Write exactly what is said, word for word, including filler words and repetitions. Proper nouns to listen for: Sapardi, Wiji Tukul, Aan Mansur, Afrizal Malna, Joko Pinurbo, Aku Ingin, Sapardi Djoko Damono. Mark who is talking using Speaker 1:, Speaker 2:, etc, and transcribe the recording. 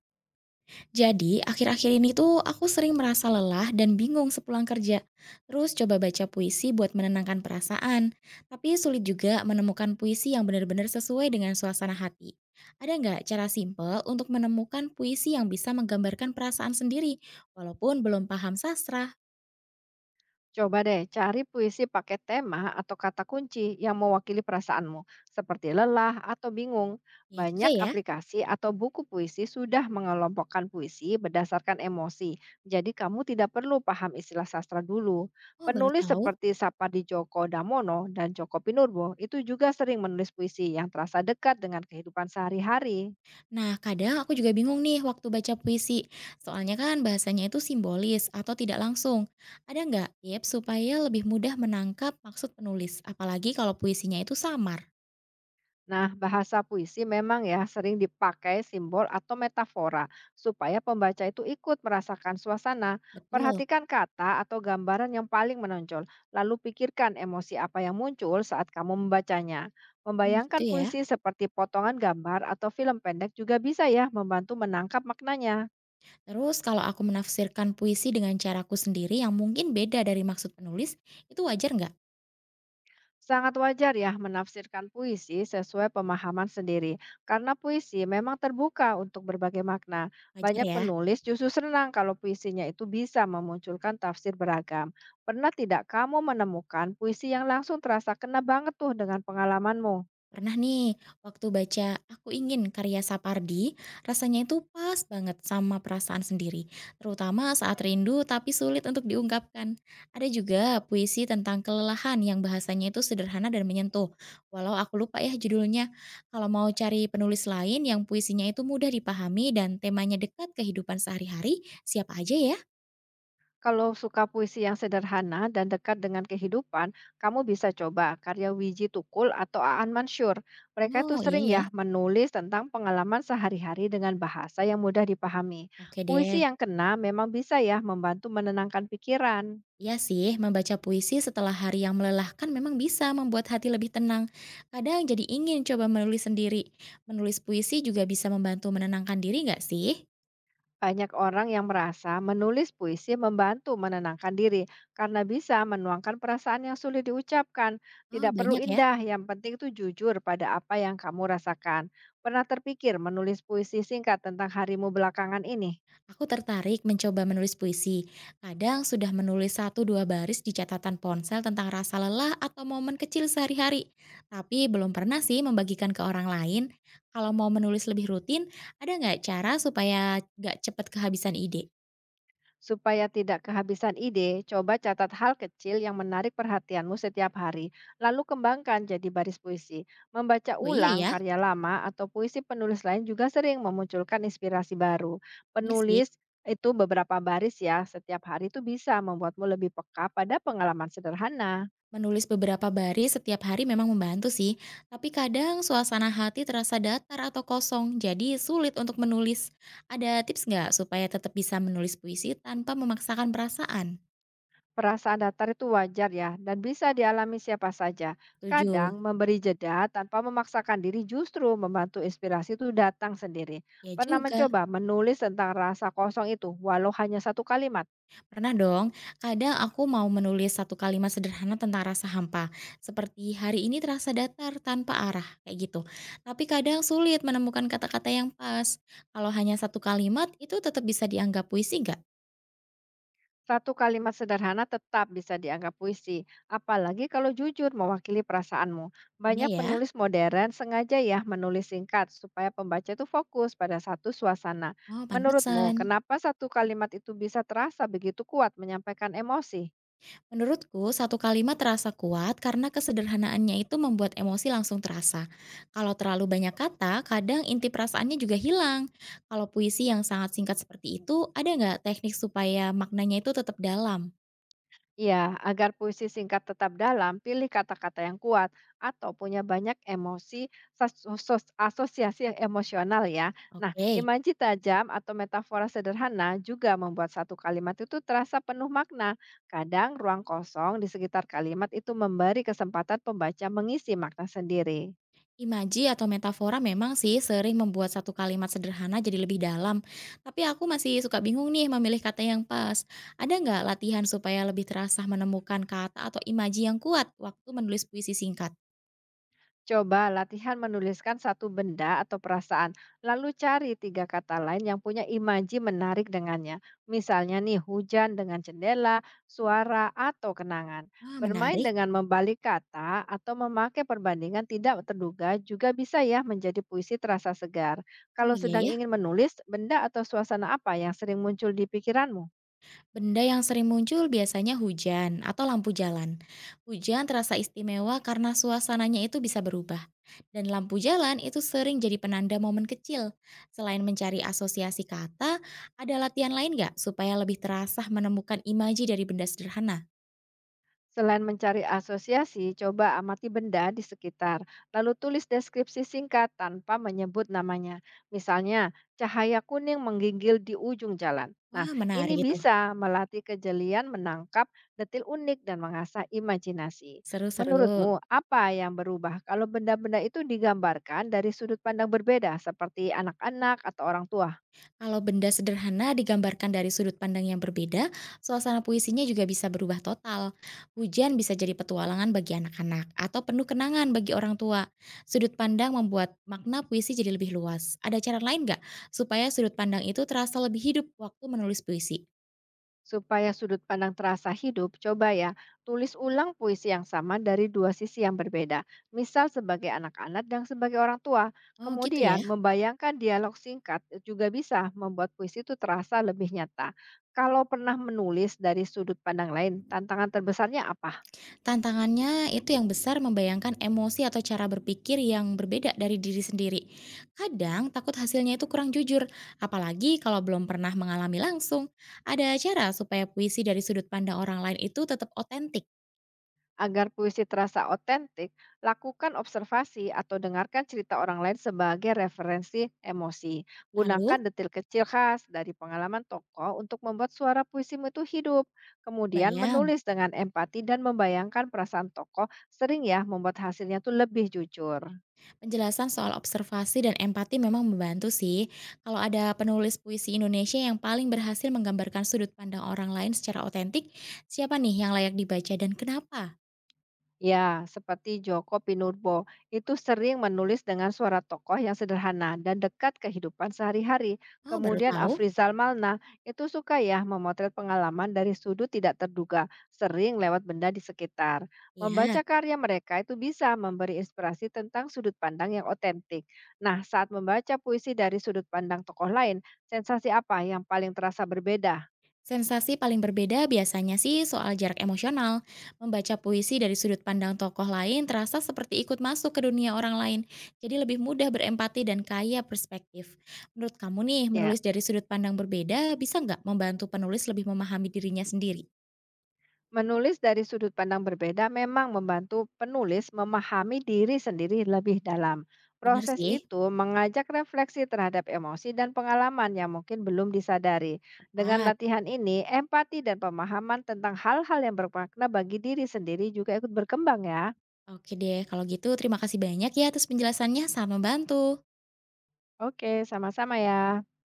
Speaker 1: Jadi, akhir-akhir ini tuh aku sering merasa lelah dan bingung sepulang kerja. Terus coba baca puisi buat menenangkan perasaan. Tapi sulit juga menemukan puisi yang benar-benar sesuai dengan suasana hati. Ada nggak cara simpel untuk menemukan puisi yang bisa menggambarkan perasaan sendiri, walaupun belum paham sastra?
Speaker 2: Coba deh cari puisi pakai tema atau kata kunci yang mewakili perasaanmu, seperti lelah atau bingung.
Speaker 1: Ya juga
Speaker 2: Banyak
Speaker 1: ya.
Speaker 2: aplikasi atau buku puisi sudah mengelompokkan puisi berdasarkan emosi, jadi kamu tidak perlu paham istilah sastra dulu.
Speaker 1: Oh, baru
Speaker 2: Penulis
Speaker 1: tahu.
Speaker 2: seperti Sapardi Djoko Damono dan Joko Pinurbo itu juga sering menulis puisi yang terasa dekat dengan kehidupan sehari-hari.
Speaker 1: Nah, kadang aku juga bingung nih waktu baca puisi. Soalnya kan bahasanya itu simbolis atau tidak langsung. Ada nggak tips supaya lebih mudah menangkap maksud penulis? Apalagi kalau puisinya itu samar.
Speaker 2: Nah, bahasa puisi memang ya sering dipakai simbol atau metafora supaya pembaca itu ikut merasakan suasana.
Speaker 1: Betul.
Speaker 2: Perhatikan kata atau gambaran yang paling menonjol, lalu pikirkan emosi apa yang muncul saat kamu membacanya.
Speaker 1: Hmm,
Speaker 2: Membayangkan
Speaker 1: gitu ya.
Speaker 2: puisi seperti potongan gambar atau film pendek juga bisa ya membantu menangkap maknanya.
Speaker 1: Terus kalau aku menafsirkan puisi dengan caraku sendiri yang mungkin beda dari maksud penulis, itu wajar nggak?
Speaker 2: Sangat wajar ya menafsirkan puisi sesuai pemahaman sendiri, karena puisi memang terbuka untuk berbagai makna.
Speaker 1: Wajar
Speaker 2: Banyak
Speaker 1: ya.
Speaker 2: penulis justru senang kalau puisinya itu bisa memunculkan tafsir beragam. Pernah tidak kamu menemukan puisi yang langsung terasa kena banget tuh dengan pengalamanmu?
Speaker 1: Pernah nih, waktu baca Aku Ingin karya Sapardi, rasanya itu pas banget sama perasaan sendiri, terutama saat rindu tapi sulit untuk diungkapkan. Ada juga puisi tentang kelelahan yang bahasanya itu sederhana dan menyentuh, walau aku lupa ya judulnya. Kalau mau cari penulis lain yang puisinya itu mudah dipahami dan temanya dekat kehidupan sehari-hari, siapa aja ya?
Speaker 2: Kalau suka puisi yang sederhana dan dekat dengan kehidupan, kamu bisa coba karya Wiji Tukul atau Aan Mansur. Mereka itu
Speaker 1: Oh iya
Speaker 2: sering
Speaker 1: ya,
Speaker 2: ya menulis tentang pengalaman sehari-hari dengan bahasa yang mudah dipahami.
Speaker 1: oke
Speaker 2: Puisi
Speaker 1: deh.
Speaker 2: yang kena memang bisa ya membantu menenangkan pikiran.
Speaker 1: Iya sih, membaca puisi setelah hari yang melelahkan memang bisa membuat hati lebih tenang. Kadang jadi ingin coba menulis sendiri. Menulis puisi juga bisa membantu menenangkan diri nggak sih?
Speaker 2: Banyak orang yang merasa menulis puisi membantu menenangkan diri karena bisa menuangkan perasaan yang sulit diucapkan.
Speaker 1: Oh
Speaker 2: Tidak perlu
Speaker 1: banyak ya,
Speaker 2: indah, yang penting itu jujur pada apa yang kamu rasakan. Pernah terpikir menulis puisi singkat tentang harimu belakangan ini?
Speaker 1: aku tertarik mencoba menulis puisi. Kadang sudah menulis satu dua baris di catatan ponsel tentang rasa lelah atau momen kecil sehari-hari. Tapi belum pernah sih membagikan ke orang lain. Kalau mau menulis lebih rutin, ada nggak cara supaya nggak cepat kehabisan ide?
Speaker 2: Supaya tidak kehabisan ide, coba catat hal kecil yang menarik perhatianmu setiap hari, lalu kembangkan jadi baris puisi. Membaca
Speaker 1: Oh iya
Speaker 2: ulang
Speaker 1: ya,
Speaker 2: karya lama atau puisi penulis lain juga sering memunculkan inspirasi baru.
Speaker 1: iya sih.
Speaker 2: Penulis itu beberapa baris ya, setiap hari itu bisa membuatmu lebih peka pada pengalaman sederhana.
Speaker 1: Menulis beberapa baris setiap hari memang membantu sih, tapi kadang suasana hati terasa datar atau kosong, jadi sulit untuk menulis. Ada tips nggak supaya tetap bisa menulis puisi tanpa memaksakan perasaan?
Speaker 2: Perasaan datar itu wajar ya, dan bisa dialami siapa saja.
Speaker 1: Setuju.
Speaker 2: Kadang memberi jeda tanpa memaksakan diri justru membantu inspirasi itu datang sendiri.
Speaker 1: Ya
Speaker 2: Pernah
Speaker 1: juga,
Speaker 2: mencoba menulis tentang rasa kosong itu, walau hanya satu kalimat.
Speaker 1: pernah dong. Kadang aku mau menulis satu kalimat sederhana tentang rasa hampa, seperti hari ini terasa datar tanpa arah, kayak gitu. Tapi kadang sulit menemukan kata-kata yang pas. Kalau hanya satu kalimat, itu tetap bisa dianggap puisi nggak?
Speaker 2: Satu kalimat sederhana tetap bisa dianggap puisi, apalagi kalau jujur mewakili perasaanmu.
Speaker 1: Iya
Speaker 2: Banyak
Speaker 1: ya.
Speaker 2: penulis modern sengaja ya menulis singkat supaya pembaca itu fokus pada satu suasana.
Speaker 1: Oh,
Speaker 2: Menurutmu,
Speaker 1: pantesan.
Speaker 2: kenapa satu kalimat itu bisa terasa begitu kuat menyampaikan emosi?
Speaker 1: Menurutku, satu kalimat terasa kuat karena kesederhanaannya itu membuat emosi langsung terasa. Kalau terlalu banyak kata, kadang inti perasaannya juga hilang. Kalau puisi yang sangat singkat seperti itu, ada nggak teknik supaya maknanya itu tetap dalam?
Speaker 2: Ya, agar puisi singkat tetap dalam, pilih kata-kata yang kuat atau punya banyak emosi, sas- sos- asosiasi yang emosional ya. Nah,
Speaker 1: Oke,
Speaker 2: imaji tajam atau metafora sederhana juga membuat satu kalimat itu terasa penuh makna. Kadang ruang kosong di sekitar kalimat itu memberi kesempatan pembaca mengisi makna sendiri.
Speaker 1: imaji atau metafora memang sih sering membuat satu kalimat sederhana jadi lebih dalam. Tapi aku masih suka bingung nih memilih kata yang pas. Ada nggak latihan supaya lebih terasa menemukan kata atau imaji yang kuat waktu menulis puisi singkat?
Speaker 2: Coba latihan menuliskan satu benda atau perasaan, lalu cari tiga kata lain yang punya imaji menarik dengannya. Misalnya nih, hujan dengan jendela, suara, atau kenangan.
Speaker 1: Wah,
Speaker 2: Bermain
Speaker 1: menarik.
Speaker 2: dengan membalik kata atau memakai perbandingan tidak terduga juga bisa ya menjadi puisi terasa segar.
Speaker 1: Oh
Speaker 2: Kalau
Speaker 1: iya
Speaker 2: sedang
Speaker 1: ya.
Speaker 2: ingin menulis, benda atau suasana apa yang sering muncul di pikiranmu?
Speaker 1: Benda yang sering muncul biasanya hujan atau lampu jalan. Hujan terasa istimewa karena suasananya itu bisa berubah, dan lampu jalan itu sering jadi penanda momen kecil. Selain mencari asosiasi kata, ada latihan lain nggak supaya lebih terasa menemukan imaji dari benda sederhana?
Speaker 2: Selain mencari asosiasi, coba amati benda di sekitar, lalu tulis deskripsi singkat tanpa menyebut namanya. Misalnya, cahaya kuning menggigil di ujung jalan. Nah,
Speaker 1: Wah, menarik
Speaker 2: ini
Speaker 1: itu.
Speaker 2: bisa melatih kejelian menangkap detil unik dan mengasah imajinasi.
Speaker 1: Seru-seru.
Speaker 2: Menurutmu, apa yang berubah kalau benda-benda itu digambarkan dari sudut pandang berbeda seperti anak-anak atau orang tua?
Speaker 1: Kalau benda sederhana digambarkan dari sudut pandang yang berbeda, suasana puisinya juga bisa berubah total. Hujan bisa jadi petualangan bagi anak-anak atau penuh kenangan bagi orang tua. Sudut pandang membuat makna puisi jadi lebih luas. Ada cara lain nggak supaya sudut pandang itu terasa lebih hidup waktu menulis puisi?
Speaker 2: Supaya sudut pandang terasa hidup, coba ya, tulis ulang puisi yang sama dari dua sisi yang berbeda, misal sebagai anak-anak dan sebagai orang tua.
Speaker 1: Oh gitu ya.
Speaker 2: Kemudian, membayangkan dialog singkat juga bisa membuat puisi itu terasa lebih nyata. Kalau pernah menulis dari sudut pandang lain, tantangan terbesarnya apa?
Speaker 1: Tantangannya itu yang besar membayangkan emosi atau cara berpikir yang berbeda dari diri sendiri. Kadang takut hasilnya itu kurang jujur, apalagi kalau belum pernah mengalami langsung. Ada cara supaya puisi dari sudut pandang orang lain itu tetap otentik.
Speaker 2: Agar puisi terasa otentik, lakukan observasi atau dengarkan cerita orang lain sebagai referensi emosi. Gunakan
Speaker 1: Lalu,
Speaker 2: detil kecil khas dari pengalaman tokoh untuk membuat suara puisimu itu hidup. Kemudian
Speaker 1: bayang,
Speaker 2: menulis dengan empati dan membayangkan perasaan tokoh sering ya membuat hasilnya tuh lebih jujur.
Speaker 1: Penjelasan soal observasi dan empati memang membantu sih. Kalau ada penulis puisi Indonesia yang paling berhasil menggambarkan sudut pandang orang lain secara otentik, siapa nih yang layak dibaca dan kenapa?
Speaker 2: Ya, seperti Joko Pinurbo, itu sering menulis dengan suara tokoh yang sederhana dan dekat kehidupan sehari-hari.
Speaker 1: Oh, baru
Speaker 2: Kemudian
Speaker 1: tahu?
Speaker 2: Afrizal Malna itu suka ya memotret pengalaman dari sudut tidak terduga, sering lewat benda di sekitar.
Speaker 1: Ya.
Speaker 2: Membaca karya mereka itu bisa memberi inspirasi tentang sudut pandang yang otentik. Nah, saat membaca puisi dari sudut pandang tokoh lain, sensasi apa yang paling terasa berbeda?
Speaker 1: Sensasi paling berbeda biasanya sih soal jarak emosional. Membaca puisi dari sudut pandang tokoh lain terasa seperti ikut masuk ke dunia orang lain. Jadi lebih mudah berempati dan kaya perspektif. Menurut kamu nih,
Speaker 2: Ya.
Speaker 1: menulis dari sudut pandang berbeda bisa nggak membantu penulis lebih memahami dirinya sendiri?
Speaker 2: Menulis dari sudut pandang berbeda memang membantu penulis memahami diri sendiri lebih dalam.
Speaker 1: Bener
Speaker 2: Proses
Speaker 1: sih,
Speaker 2: itu mengajak refleksi terhadap emosi dan pengalaman yang mungkin belum disadari. Dengan
Speaker 1: tepat.
Speaker 2: latihan ini, empati dan pemahaman tentang hal-hal yang bermakna bagi diri sendiri juga ikut berkembang ya.
Speaker 1: Oke deh, kalau gitu terima kasih banyak ya atas penjelasannya, sangat membantu.
Speaker 2: Oke, sama-sama ya.